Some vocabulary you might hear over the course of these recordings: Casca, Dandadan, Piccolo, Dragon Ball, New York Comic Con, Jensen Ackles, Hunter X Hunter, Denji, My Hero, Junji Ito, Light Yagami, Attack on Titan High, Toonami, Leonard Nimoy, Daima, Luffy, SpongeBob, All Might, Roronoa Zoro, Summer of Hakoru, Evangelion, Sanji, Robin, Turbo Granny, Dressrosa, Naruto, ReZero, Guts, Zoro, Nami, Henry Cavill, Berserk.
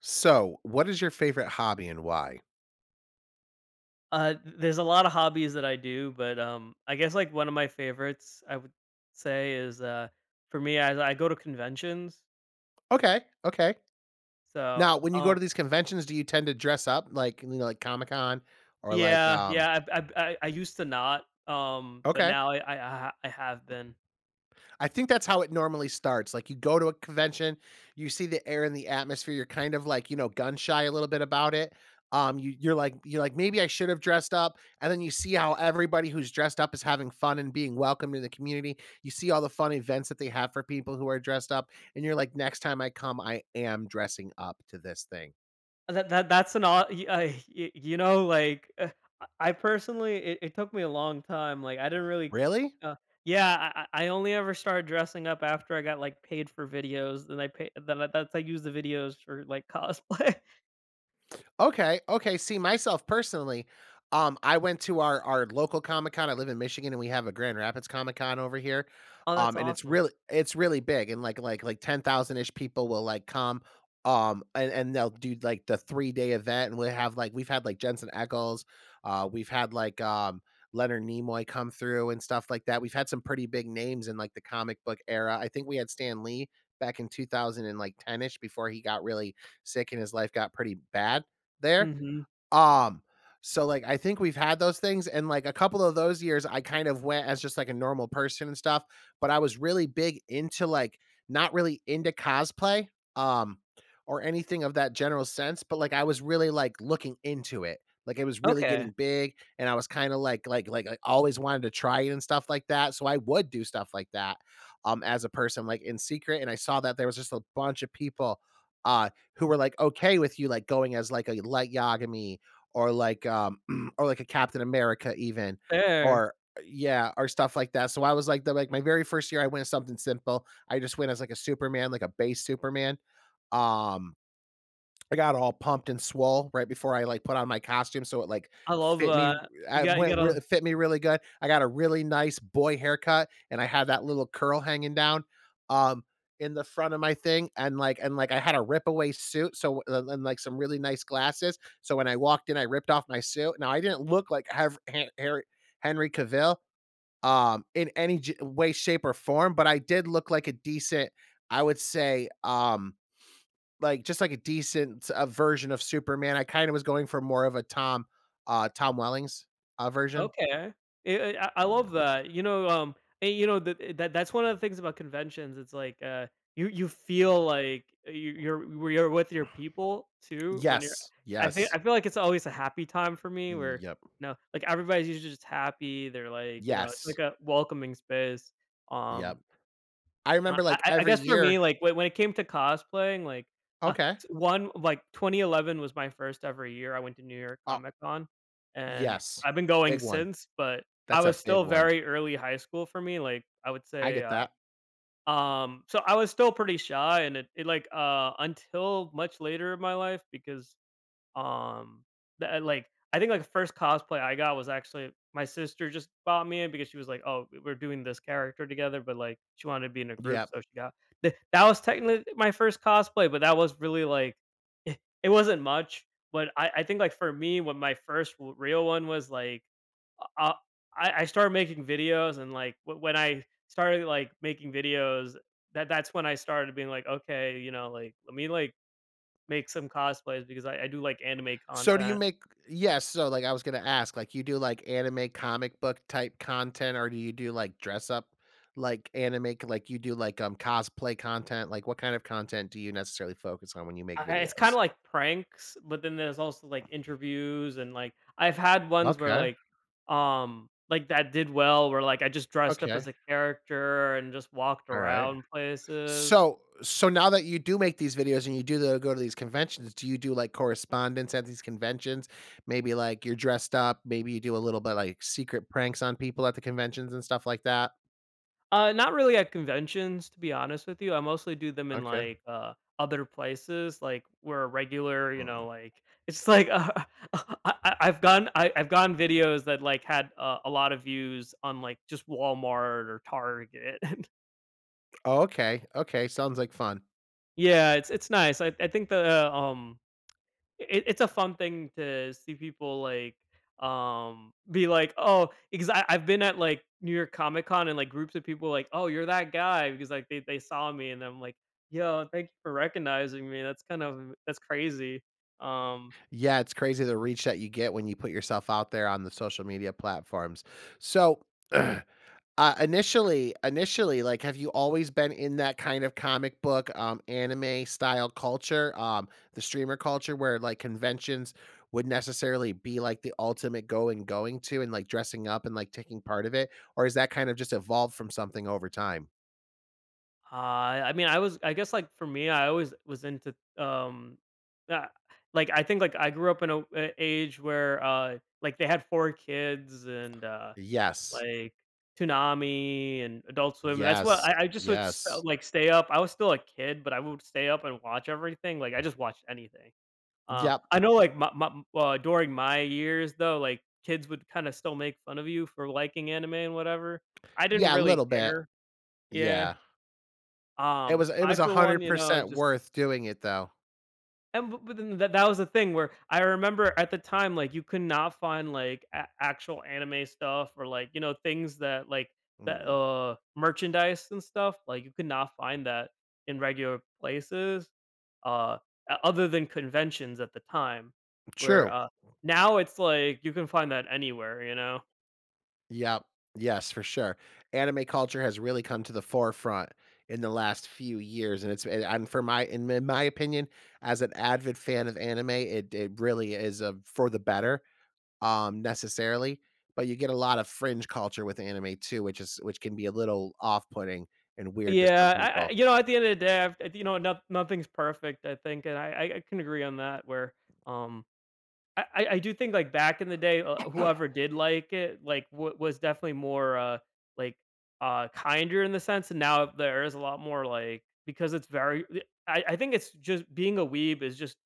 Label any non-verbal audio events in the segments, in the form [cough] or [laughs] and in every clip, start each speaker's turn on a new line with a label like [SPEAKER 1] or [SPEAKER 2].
[SPEAKER 1] So, what is your favorite hobby and why?
[SPEAKER 2] There's a lot of hobbies that I do, but I guess like one of my favorites I would say is for me, I go to conventions.
[SPEAKER 1] Okay, okay.
[SPEAKER 2] So
[SPEAKER 1] Now, when you go
[SPEAKER 2] um,
[SPEAKER 1] to these conventions, do you tend to dress up like, like Comic Con or like,
[SPEAKER 2] yeah, yeah, I used to not but
[SPEAKER 1] okay.
[SPEAKER 2] now I have been.
[SPEAKER 1] I think that's how it normally starts. Like you go to a convention, you see the air and the atmosphere, you're kind of like, gun shy a little bit about it. You're like, maybe I should have dressed up. And then you see how everybody who's dressed up is having fun and being welcomed in the community. You see all the fun events that they have for people who are dressed up, and you're like, next time I come, I am dressing up to this thing.
[SPEAKER 2] That's an odd, you know, like I personally, it took me a long time. Like I didn't really,
[SPEAKER 1] Really?
[SPEAKER 2] uh, yeah, I only ever started dressing up after I got like paid for videos. Then I pay that's I use the videos for like [laughs] cosplay.
[SPEAKER 1] Okay, okay, see, myself personally, I went to our local Comic-Con, I live in Michigan, and we have a Grand Rapids Comic-Con over here,
[SPEAKER 2] Oh, that's
[SPEAKER 1] and it's
[SPEAKER 2] awesome.
[SPEAKER 1] really it's really big, and, like 10,000-ish people will, like, come, and they'll do, like, the three-day event, and we've had, like, Jensen Ackles, we've had, like, Leonard Nimoy come through and stuff like that, we've had some pretty big names in, like, the comic book era. I think we had Stan Lee back in two thousand and like ten ish before he got really sick and his life got pretty bad, there.
[SPEAKER 2] Mhm.
[SPEAKER 1] um, so like I think we've had those things, and like a couple of those years I kind of went as just like a normal person and stuff, but I was really big into like not really into cosplay um or anything of that general sense, but like I was really like looking into it. Like it was really
[SPEAKER 2] Okay,
[SPEAKER 1] getting big, and I was kind of like I always wanted to try it and stuff like that. So I would do stuff like that as a person like in secret, and I saw that there was just a bunch of people uh who were like okay with you like going as like a light yagami or like [clears throat] or like a Captain America even,
[SPEAKER 2] fair.
[SPEAKER 1] or yeah, or stuff like that. So I was like the like my very first year I went as something simple. I just went as like a Superman, like a base Superman. Um I got all pumped and swole right before I like put on my costume, so it like
[SPEAKER 2] I love
[SPEAKER 1] fit me.
[SPEAKER 2] that. You got you gotta
[SPEAKER 1] Fit me really good. I got a really nice boy haircut, and I had that little curl hanging down, um, in the front of my thing, and like I had a rip away suit, so like some really nice glasses. So when I walked in, I ripped off my suit. Now I didn't look like have Henry, Cavill, in any way, shape, or form, but I did look like a decent. I would say, like just like a decent version of Superman. I kind of was going for more of a Tom Tom Wellings version.
[SPEAKER 2] okay. I love
[SPEAKER 1] Yeah.
[SPEAKER 2] that. You know, you know, that that's one of the things about conventions, it's like, you you feel like you you're where you're with your people too when you're
[SPEAKER 1] Yes.
[SPEAKER 2] I think
[SPEAKER 1] Yes.
[SPEAKER 2] I feel like it's always a happy time for me
[SPEAKER 1] Mm,
[SPEAKER 2] where,
[SPEAKER 1] yep.
[SPEAKER 2] you know, like, everybody's usually just happy, they're like, you know, it's
[SPEAKER 1] Yes.
[SPEAKER 2] like a welcoming space,
[SPEAKER 1] Yep.
[SPEAKER 2] um
[SPEAKER 1] I remember
[SPEAKER 2] I
[SPEAKER 1] like
[SPEAKER 2] I I
[SPEAKER 1] every
[SPEAKER 2] guess for me,
[SPEAKER 1] year.
[SPEAKER 2] like, when it came to cosplaying, like, uh,
[SPEAKER 1] Okay.
[SPEAKER 2] s one like, 2011 was my first ever year I went to New York
[SPEAKER 1] Oh,
[SPEAKER 2] Comic Con, and
[SPEAKER 1] yes.
[SPEAKER 2] I've been going
[SPEAKER 1] Big one.
[SPEAKER 2] since, but I
[SPEAKER 1] That's
[SPEAKER 2] was
[SPEAKER 1] a big
[SPEAKER 2] still
[SPEAKER 1] one.
[SPEAKER 2] very early high school for me, like, I would
[SPEAKER 1] I
[SPEAKER 2] say,
[SPEAKER 1] get that.
[SPEAKER 2] so I was still pretty shy, and like, until much later in my life because um, that like I think like the first cosplay I got was actually my sister just bought me it because she was like, "Oh, we're doing this character together," but like she wanted to be in a group,
[SPEAKER 1] Yep.
[SPEAKER 2] so she got that was technically my first cosplay, but that was really like [laughs] it wasn't much. But I think like for me, when my first real one was like, uh, I started making videos and like when I started like making videos, that's when I started being like, okay, you know, like let me like make some cosplays because I do like anime
[SPEAKER 1] So do you
[SPEAKER 2] content.
[SPEAKER 1] make Yes, so like I was gonna ask, like you do like anime comic book type content, or do you do like dress up like anime like you do like cosplay content? Like what kind of content do you necessarily focus on when you make
[SPEAKER 2] I it's kinda
[SPEAKER 1] videos?
[SPEAKER 2] like pranks, but then there's also, like, interviews and, like, I've had ones where,
[SPEAKER 1] Okay.
[SPEAKER 2] like, that did well where, like, I just dressed up as
[SPEAKER 1] Okay.
[SPEAKER 2] a character and just walked
[SPEAKER 1] All right.
[SPEAKER 2] around places.
[SPEAKER 1] So now that you do make these videos and you do go to these conventions, do you do like correspondence at these conventions? Maybe like you're dressed up, maybe you do a little bit like secret pranks on people at the conventions and stuff like that.
[SPEAKER 2] Not really at conventions, to be honest with you. I mostly do them in
[SPEAKER 1] Okay.
[SPEAKER 2] like other places, like where a regular, you know, like [laughs] it's like [laughs] I've gone I've gone videos that like had a lot of views on like just Walmart or Target. [laughs]
[SPEAKER 1] Oh, okay, okay, sounds like fun.
[SPEAKER 2] Yeah, it's nice. I think the it's a fun thing to see people like be like oh because I've been at like New York Comic Con and like groups of people like oh you're that guy because like they saw me and I'm like yo thank you for recognizing me that's kind of that's crazy um
[SPEAKER 1] Yeah, it's crazy the reach that you get when you put yourself out there on the social media platforms. So, [clears throat] uh, initially, like, have you always been in that kind of comic book, anime style culture, the streamer culture where, like, conventions would necessarily be, like, the ultimate go and going to and, like, dressing up and, like, taking part of it? Or is that kind of just evolved from something over time?
[SPEAKER 2] I mean I was I guess like for me I always was into uh, like I think like I grew up in a age where like they had four kids and
[SPEAKER 1] Yes.
[SPEAKER 2] like Toonami and Adult Swim. That's what
[SPEAKER 1] Yes.
[SPEAKER 2] I just would st
[SPEAKER 1] Yes.
[SPEAKER 2] like stay up. I was still a kid, but I would stay up and watch everything. Like I just watched anything.
[SPEAKER 1] Yep.
[SPEAKER 2] I know like my during my years though, like kids would kind of still make fun of you for liking anime and whatever. I didn't
[SPEAKER 1] Yeah, a
[SPEAKER 2] really
[SPEAKER 1] little bit.
[SPEAKER 2] care. Yeah.
[SPEAKER 1] Yeah. It was it
[SPEAKER 2] I
[SPEAKER 1] was
[SPEAKER 2] for one, you know,
[SPEAKER 1] 100%
[SPEAKER 2] just
[SPEAKER 1] worth doing it, though.
[SPEAKER 2] and but then that was the thing where I remember at the time, like, you could not find, like, a actual anime stuff or, like, you know, things that, like, that,
[SPEAKER 1] Mm,
[SPEAKER 2] merchandise and stuff, like, you could not find that in regular places, uh, o other than conventions at the time, where,
[SPEAKER 1] true.
[SPEAKER 2] now it's like you can find that anywhere, you know?
[SPEAKER 1] Yep. Yes, for sure. Anime culture has really come to the forefront in the last few years, and it's and for my in my opinion, as an avid fan of anime, it really is, a for the better, necessarily, but you get a lot of fringe culture with anime too, which can be a little off-putting and weird to some
[SPEAKER 2] Yeah, I
[SPEAKER 1] people.
[SPEAKER 2] you know, at the end of the day, I've you know, no nothing's perfect, I think, and I can agree on that where, um I do think, like, back in the day, whoever did like it, like, w was definitely more, like, kinder in the sense, and now there is a lot more, like because it's very I think it's just being a weeb is just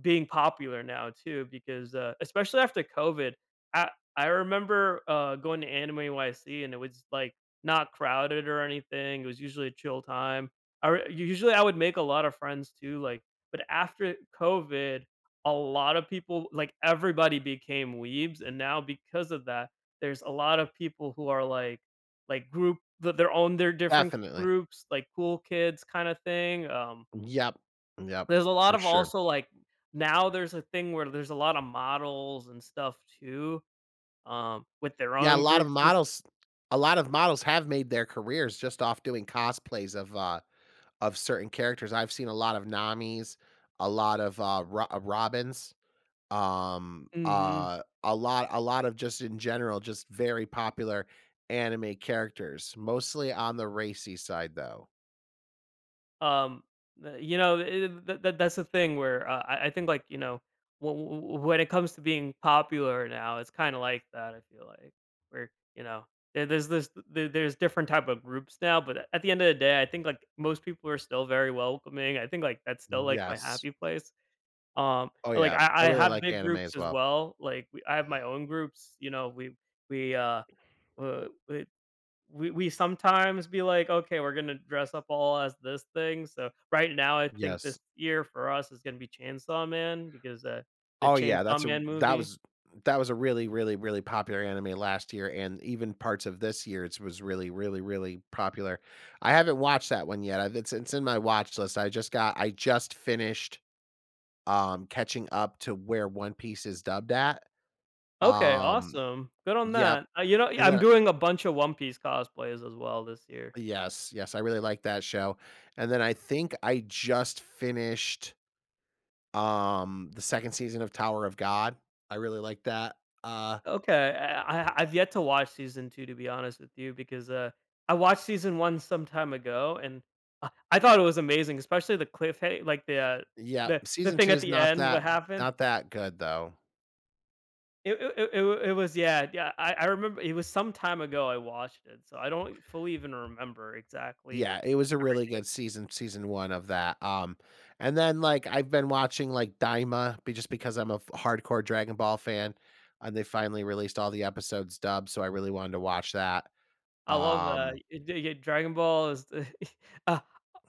[SPEAKER 2] being popular now too because especially after COVID, I I remember going to Anime YC and it was like not crowded or anything. It was usually a chill time. Usually I would make a lot of friends too. Like, but after COVID, a lot of people like everybody became weebs, and now because of that, there's a lot of people who are like group that they're on their different
[SPEAKER 1] Definitely.
[SPEAKER 2] groups, like cool kids kind of thing.
[SPEAKER 1] Yep. Yep.
[SPEAKER 2] There's a lot
[SPEAKER 1] For
[SPEAKER 2] of
[SPEAKER 1] sure.
[SPEAKER 2] also, like now there's a thing where there's a lot of models and stuff too, with their
[SPEAKER 1] Yeah, a
[SPEAKER 2] own
[SPEAKER 1] lot of
[SPEAKER 2] groups and s
[SPEAKER 1] models have made their careers just off doing cosplays of certain characters. I've seen a lot of Nami's, a lot of, Ro Robins,
[SPEAKER 2] mhm.
[SPEAKER 1] a lot of just in general, just very popular anime characters, mostly on the racy side, though.
[SPEAKER 2] Um, the you know, it that's the thing where, I think, like, you know, w w when it comes to being popular now, it's kinda like that, I feel like, where, you know, there's this there's different type of groups now, but at the end of the day, I think, like, most people are still very welcoming. I think, like, that's still, like, my
[SPEAKER 1] Yes.
[SPEAKER 2] happy place.
[SPEAKER 1] Oh,
[SPEAKER 2] Like,
[SPEAKER 1] yeah. I
[SPEAKER 2] I
[SPEAKER 1] really
[SPEAKER 2] have
[SPEAKER 1] like
[SPEAKER 2] big [laughs]
[SPEAKER 1] anime
[SPEAKER 2] groups
[SPEAKER 1] as
[SPEAKER 2] as
[SPEAKER 1] well.
[SPEAKER 2] well, like, we I have my own groups, you know, we, uh, uh, we we sometimes be like, "Okay, we're gonna dress up all as this thing," so right now, I think this
[SPEAKER 1] Yes.
[SPEAKER 2] year for us is gonna be Chainsaw Man because, the
[SPEAKER 1] Oh yeah,
[SPEAKER 2] Chainsaw Man movie.
[SPEAKER 1] that was a really, really, really popular anime last year, and even parts of this year, it was really, really, really popular. I haven't watched that one yet. I've, it's in my watch list. I just finished catching up to where One Piece is dubbed at.
[SPEAKER 2] Okay,
[SPEAKER 1] Um,
[SPEAKER 2] awesome, good on
[SPEAKER 1] yep,
[SPEAKER 2] that. You know, yeah,
[SPEAKER 1] and
[SPEAKER 2] I'm
[SPEAKER 1] then
[SPEAKER 2] doing a bunch of One Piece cosplays as well this year.
[SPEAKER 1] yes, yes, I really like that show. And then I think I just finished the second season of Tower of God. I really like that. Uh
[SPEAKER 2] Okay, I've yet to watch season 2 to be honest with you because, I watched season 1 some time ago and I thought it was amazing, especially the cliffha like
[SPEAKER 1] Yeah,
[SPEAKER 2] the
[SPEAKER 1] season
[SPEAKER 2] thing
[SPEAKER 1] 2
[SPEAKER 2] at
[SPEAKER 1] is
[SPEAKER 2] the end, what happened.
[SPEAKER 1] not that good though.
[SPEAKER 2] It was yeah, yeah, I remember it was some time ago I watched it, so I don't fully even remember exactly
[SPEAKER 1] Yeah, it was a really
[SPEAKER 2] everything.
[SPEAKER 1] good season, season 1 of that, and then, like, I've been watching, like, Daima be just because I'm a f hardcore Dragon Ball fan, and they finally released all the episodes dubbed, so I really wanted to watch that.
[SPEAKER 2] I love that.
[SPEAKER 1] Um,
[SPEAKER 2] It d yeah, Dragon Ball is the- [laughs] uh,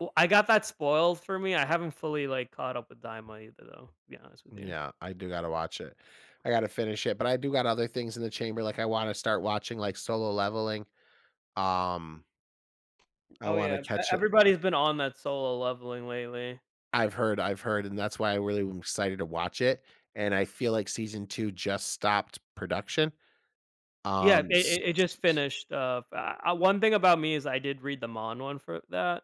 [SPEAKER 2] w I got that spoiled for me. I haven't fully, like, caught up with Daima either though, to be honest with you.
[SPEAKER 1] yeah, I do gotta watch it. I gotta finish it, but I do got other things in the chamber, like, I wanna start watching, like, Solo Leveling. Um, I
[SPEAKER 2] Oh,
[SPEAKER 1] wanna
[SPEAKER 2] yeah. E
[SPEAKER 1] catch it
[SPEAKER 2] everybody's been on that solo leveling lately.
[SPEAKER 1] I've heard, and that's why I really am excited to watch it, and I feel like season 2 just stopped production,
[SPEAKER 2] Yeah, it
[SPEAKER 1] s
[SPEAKER 2] it it just finished, f one thing about me is I did read the Mon one for that,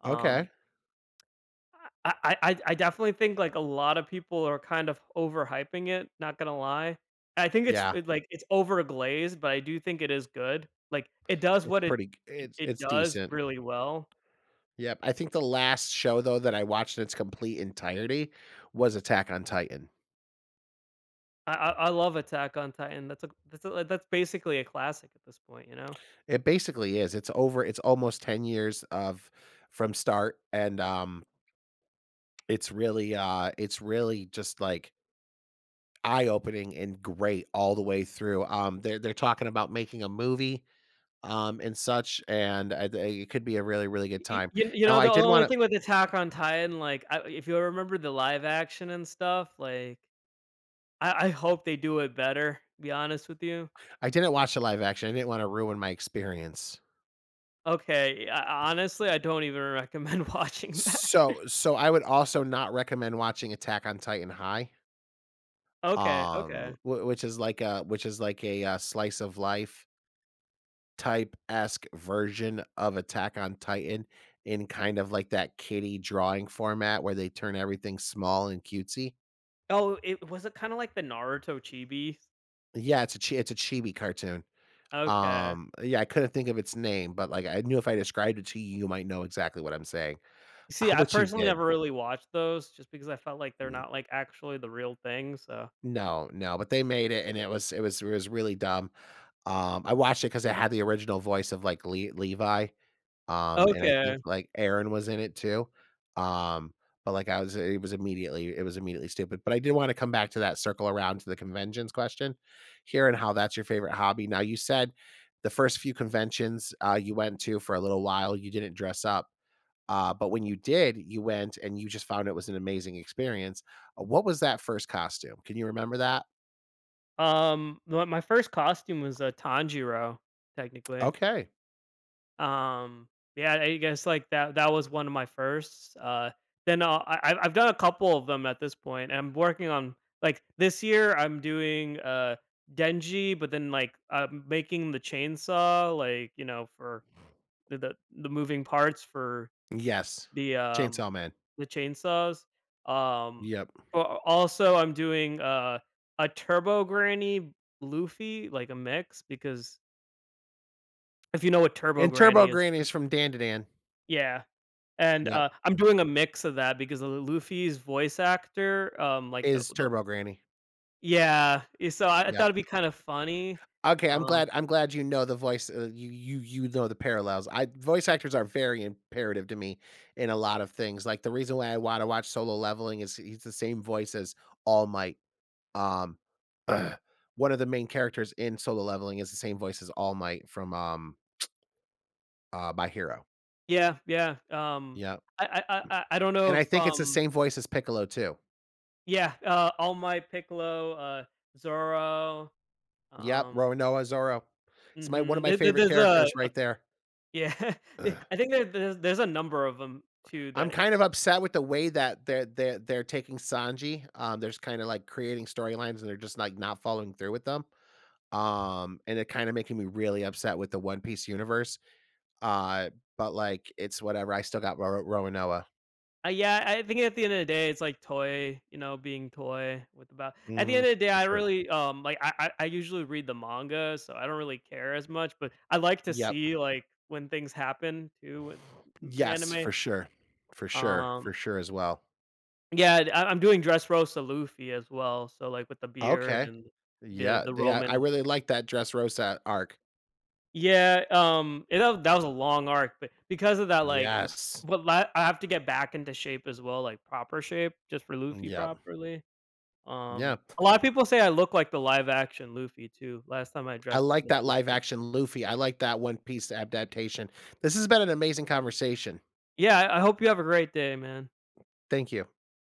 [SPEAKER 2] um,
[SPEAKER 1] okay,
[SPEAKER 2] I definitely think, like, a lot of people are kind of overhyping it, not gonna lie. I think it's
[SPEAKER 1] yeah,
[SPEAKER 2] like, it's overglazed, but I do think it is good. Like, it does
[SPEAKER 1] it's
[SPEAKER 2] what it
[SPEAKER 1] pretty g
[SPEAKER 2] it it
[SPEAKER 1] it's
[SPEAKER 2] does
[SPEAKER 1] decent.
[SPEAKER 2] really well.
[SPEAKER 1] Yep, I think the last show, though, that I watched in its complete entirety was Attack on Titan.
[SPEAKER 2] I love Attack on Titan. That's a that's a that's basically a classic at this point, you know?
[SPEAKER 1] It basically is, it's almost 10 years of from start, and, it's really just, like, eye-opening and great all the way through. They're talking about making a movie and such, and I th it could be a really, really good
[SPEAKER 2] Y
[SPEAKER 1] time.
[SPEAKER 2] you you
[SPEAKER 1] Now
[SPEAKER 2] know, the only thing with Attack on Titan, like, I if you remember the live action and stuff, like, I hope they do it better, to be honest with you.
[SPEAKER 1] I didn't watch the live action, I didn't wanna ruin my experience.
[SPEAKER 2] Okay, I honestly, I don't even recommend [laughs] watching that.
[SPEAKER 1] So I would also not recommend watching Attack on Titan High,
[SPEAKER 2] Okay, okay.
[SPEAKER 1] wh which is like a slice of life type-esque version of Attack on Titan in kind of like that kitty drawing format where they turn everything small and cutesy.
[SPEAKER 2] Oh, it was it kinda like the Naruto Chibi.
[SPEAKER 1] Yeah, it's a chibi cartoon.
[SPEAKER 2] Okay.
[SPEAKER 1] Yeah, I couldn't think of its name, but, like, I knew if I described it to you, you might know exactly what I'm saying,
[SPEAKER 2] See,
[SPEAKER 1] [laughs]
[SPEAKER 2] I
[SPEAKER 1] which you
[SPEAKER 2] personally
[SPEAKER 1] did.
[SPEAKER 2] never really watched those just because I felt like they're
[SPEAKER 1] N
[SPEAKER 2] not, like, actually the real thing, so
[SPEAKER 1] no, no, but they made it, and it was it was really dumb. I watched it because it had the original voice of, like, Le Levi, and I
[SPEAKER 2] okay.
[SPEAKER 1] think, like, Aaron was in it too. Um, but, like, I was it was immediately stupid, but I did wanna come back to that, circle around to the conventions question here and how that's your favorite hobby. Now, you said the first few conventions, you went to for a little while, you didn't dress up. But when you did, you went and you just found it was an amazing experience. What was that first costume? Can you remember that?
[SPEAKER 2] My my first costume was, a Tanjiro, technically.
[SPEAKER 1] Okay.
[SPEAKER 2] Um, yeah, I guess like that was one of my firsts. Then I've done a couple of them at this point, and I'm working on like this year I'm doing Denji, but then like making the chainsaw, like you know for the, the the moving parts for
[SPEAKER 1] Yes.
[SPEAKER 2] the um
[SPEAKER 1] Chainsaw Man.
[SPEAKER 2] the chainsaws. Um,
[SPEAKER 1] Yep.
[SPEAKER 2] but also I'm doing a Turbo Granny Luffy, like a mix because if you know what Turbo
[SPEAKER 1] And
[SPEAKER 2] Granny
[SPEAKER 1] Turbo
[SPEAKER 2] is,
[SPEAKER 1] Granny is from Dan to Dan.
[SPEAKER 2] yeah and,
[SPEAKER 1] Yep.
[SPEAKER 2] I'm doing a mix of that because Lu Luffy's voice actor, like,
[SPEAKER 1] Is
[SPEAKER 2] the
[SPEAKER 1] Turbo Granny.
[SPEAKER 2] yeah, so I thought
[SPEAKER 1] Yep.
[SPEAKER 2] it'd be kinda funny.
[SPEAKER 1] Okay,
[SPEAKER 2] Uh
[SPEAKER 1] I'm glad you know the voice, you you know the parallels. I Voice actors are very imperative to me in a lot of things. Like the reason why I want to watch Solo Leveling is he's the same voice as All Might. Um, [clears throat] one of the main characters in Solo Leveling is the same voice as All Might from, My Hero.
[SPEAKER 2] Yeah, yeah,
[SPEAKER 1] Yep,
[SPEAKER 2] I don't know
[SPEAKER 1] and I
[SPEAKER 2] if,
[SPEAKER 1] think it's the same voice as Piccolo too.
[SPEAKER 2] yeah, All Might, Piccolo, Zoro,
[SPEAKER 1] Yep,
[SPEAKER 2] um
[SPEAKER 1] Noah Zoro. It's my one of
[SPEAKER 2] mhm,
[SPEAKER 1] my
[SPEAKER 2] there there
[SPEAKER 1] favorite
[SPEAKER 2] there's a
[SPEAKER 1] characters right there.
[SPEAKER 2] yeah, [laughs]
[SPEAKER 1] Ugh.
[SPEAKER 2] I think there's a number of them too
[SPEAKER 1] I'm
[SPEAKER 2] that
[SPEAKER 1] kind of upset with the way that they're taking Sanji. There's kinda like creating storylines and they're just like not following through with them. And it kinda making me really upset with the One Piece universe. Uh, but like, it's whatever. I still got Roro Noah.
[SPEAKER 2] Yeah, I think at the end of the day, it's like toy, you know, being toy with about. At the end
[SPEAKER 1] Mhm,
[SPEAKER 2] of the day,
[SPEAKER 1] for
[SPEAKER 2] I
[SPEAKER 1] sure.
[SPEAKER 2] really like I usually read the manga, so I don't really care as much. But I like to
[SPEAKER 1] Yep.
[SPEAKER 2] see like when things happen too with the
[SPEAKER 1] Yes,
[SPEAKER 2] anime.
[SPEAKER 1] for sure. For sure,
[SPEAKER 2] Um,
[SPEAKER 1] for sure as well.
[SPEAKER 2] yeah, I'm doing Dressrosa Luffy as well, so like with the beard
[SPEAKER 1] Okay.
[SPEAKER 2] and
[SPEAKER 1] Yeah,
[SPEAKER 2] the
[SPEAKER 1] yeah,
[SPEAKER 2] Roman.
[SPEAKER 1] I really like that dress, Rosa arc.
[SPEAKER 2] Yeah, that was a long arc, but because of that, like,
[SPEAKER 1] Yes.
[SPEAKER 2] but I have to get back into shape as well, like proper shape, just for Luffy
[SPEAKER 1] Yep.
[SPEAKER 2] properly.
[SPEAKER 1] Yeah.
[SPEAKER 2] A lot of people say I look like the live action Luffy too, last time I
[SPEAKER 1] I
[SPEAKER 2] dressed up
[SPEAKER 1] like
[SPEAKER 2] as
[SPEAKER 1] that live
[SPEAKER 2] Luffy.
[SPEAKER 1] action Luffy. I like that One Piece adaptation. This has been an amazing conversation.
[SPEAKER 2] Yeah, I hope you have a great day, man.
[SPEAKER 1] Thank you.